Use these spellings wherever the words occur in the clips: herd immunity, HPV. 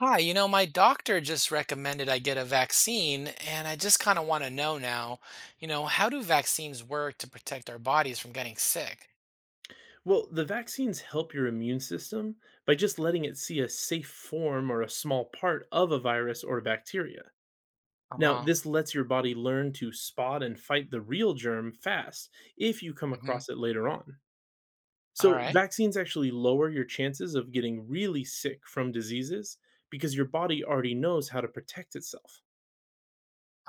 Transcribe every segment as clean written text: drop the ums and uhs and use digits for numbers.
Hi, my doctor just recommended I get a vaccine, and I just kind of want to know now, how do vaccines work to protect our bodies from getting sick? Well, the vaccines help your immune system by just letting it see a safe form or a small part of a virus or bacteria. Now, Uh-huh. this lets your body learn to spot and fight the real germ fast if you come Hmm. across it later on. All So, right. vaccines actually lower your chances of getting really sick from diseases because your body already knows how to protect itself.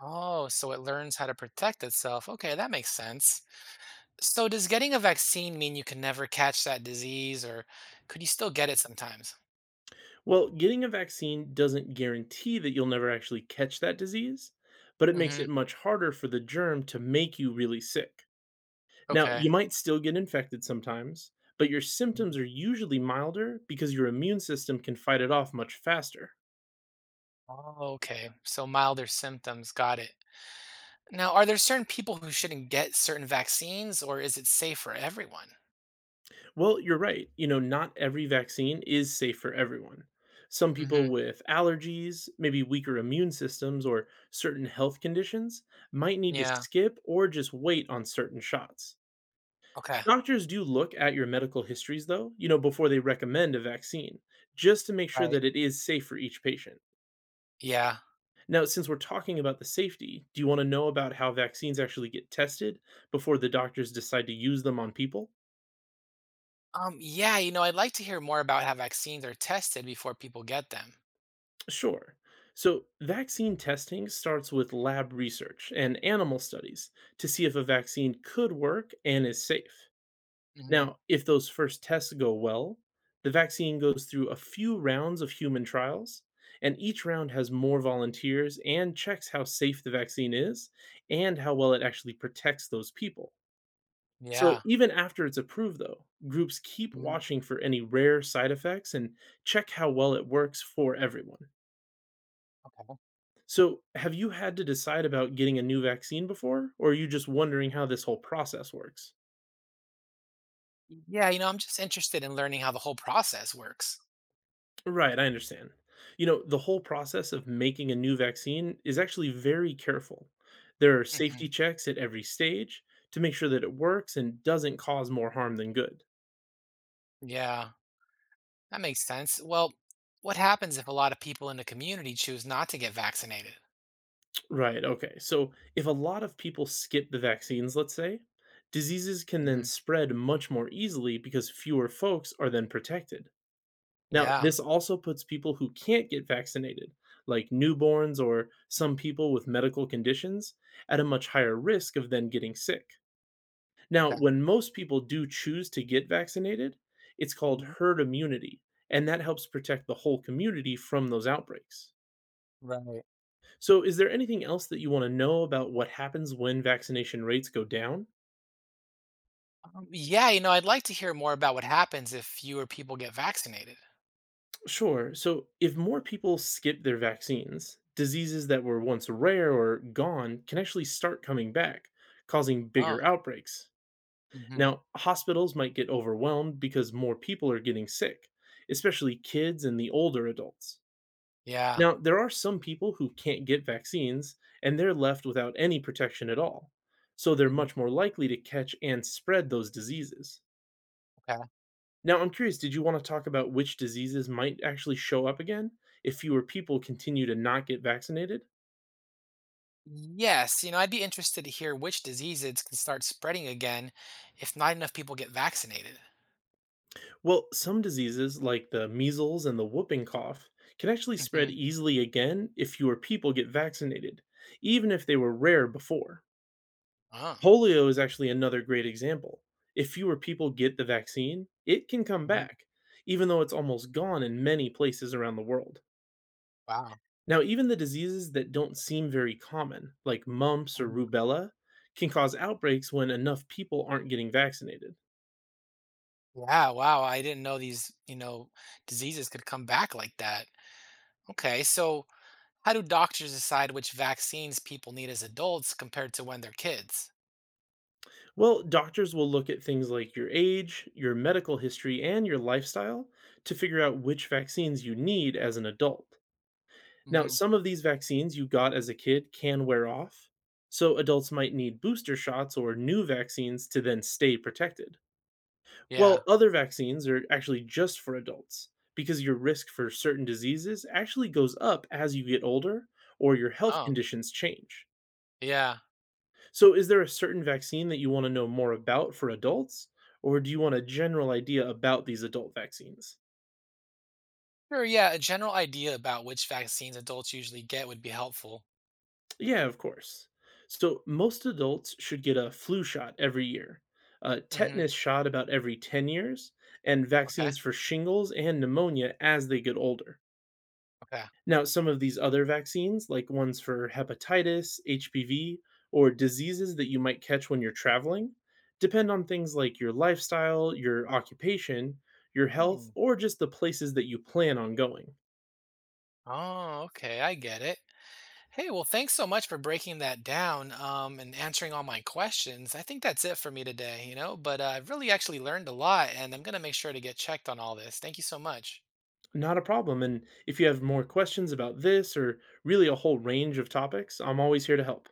Oh, so it learns how to protect itself. Okay, that makes sense. So does getting a vaccine mean you can never catch that disease, or could you still get it sometimes? Well, getting a vaccine doesn't guarantee that you'll never actually catch that disease, but it makes Hmm. it much harder for the germ to make you really sick. Now, Okay. you might still get infected sometimes, but your symptoms Mm. are usually milder because your immune system can fight it off much faster. Oh, okay. So milder symptoms, got it. Now, are there certain people who shouldn't get certain vaccines, or is it safe for everyone? Well, you're right. You know, not every vaccine is safe for everyone. Some Hmm. people with allergies, maybe weaker immune systems, or certain health conditions might need to Yeah. skip or just wait on certain shots. Okay. Doctors do look at your medical histories, though, you know, before they recommend a vaccine, just to make sure Right. that it is safe for each patient. Yeah. Now, since we're talking about the safety, do you want to know about how vaccines actually get tested before the doctors decide to use them on people? Yeah. I'd like to hear more about how vaccines are tested before people get them. Sure. So, vaccine testing starts with lab research and animal studies to see if a vaccine could work and is safe. Hmm. Now, if those first tests go well, the vaccine goes through a few rounds of human trials, and each round has more volunteers and checks how safe the vaccine is and how well it actually protects those people. So Yeah. even after it's approved, though, groups keep Hmm. watching for any rare side effects and check how well it works for everyone. Okay. So, have you had to decide about getting a new vaccine before, or are you just wondering how this whole process works? Yeah. I'm just interested in learning how the whole process works. Right, I understand. You know, the whole process of making a new vaccine is actually very careful. There are Hmm. safety checks at every stage to make sure that it works and doesn't cause more harm than good. Yeah. That makes sense. Well, what happens if a lot of people in the community choose not to get vaccinated? Right. Okay. So if a lot of people skip the vaccines, let's say, diseases can then Hmm. spread much more easily because fewer folks are then protected. Now, Yeah. this also puts people who can't get vaccinated, like newborns or some people with medical conditions, at a much higher risk of then getting sick. Now, Okay. when most people do choose to get vaccinated, it's called Hmm. herd immunity, and that helps protect the whole community from those outbreaks. Right. So, is there anything else that you want to know about what happens when vaccination rates go down? Yeah. I'd like to hear more about what happens if fewer people get vaccinated. Sure. So, if more people skip their vaccines, diseases that were once rare or gone can actually start coming back, causing Oh. bigger outbreaks. Hmm. Now, hospitals might get overwhelmed because more people are getting sick, especially kids and the older adults. Yeah. Now, there are some people who can't get vaccines and they're left without any protection at all. So, they're Hmm. much more likely to catch and spread those diseases. Okay. Now, I'm curious, did you want to talk about which diseases might actually show up again if fewer people continue to not get vaccinated? Yes, I'd be interested to hear which diseases can start spreading again if not enough people get vaccinated. Well, some diseases, like the measles and the whooping cough, can actually Hmm. spread easily again if fewer people get vaccinated, even if they were rare before. Oh, Polio is actually another great example. If fewer people get the vaccine, it can come mhm. back, even though it's almost gone in many places around the world. Wow. Now, even the diseases that don't seem very common, like mumps or Mhm. rubella, can cause outbreaks when enough people aren't getting vaccinated. Yeah, wow. I didn't know these diseases could come back like that. Okay, so how do doctors decide which vaccines people need as adults compared to when they're kids? Well, doctors will look at things like your age, your medical history, and your lifestyle to figure out which vaccines you need as an adult. Now, Hmm. some of these vaccines you got as a kid can wear off, so adults might need booster shots or new vaccines to then stay protected. Yeah. Well, other vaccines are actually just for adults because your risk for certain diseases actually goes up as you get older or your health Oh, conditions change. yeah. So, is there a certain vaccine that you want to know more about for adults, or do you want a general idea about these adult vaccines? Sure, yeah. A general idea about which vaccines adults usually get would be helpful. Yeah, of course. So, most adults should get a flu shot every year, a Hmm. tetanus shot about every 10 years, and Okay, vaccines for shingles and pneumonia as they get older. okay. Now, some of these other vaccines, like ones for hepatitis, HPV, or diseases that you might catch when you're traveling, depend on things like your lifestyle, your occupation, your Hmm. health, or just the places that you plan on going. Oh, okay. I get it. Hey, well, thanks so much for breaking that down, and answering all my questions. I think that's it for me today, but I've really actually learned a lot and I'm going to make sure to get checked on all this. Thank you so much. Not a problem. And if you have more questions about this or really a whole range of topics, I'm always here to help.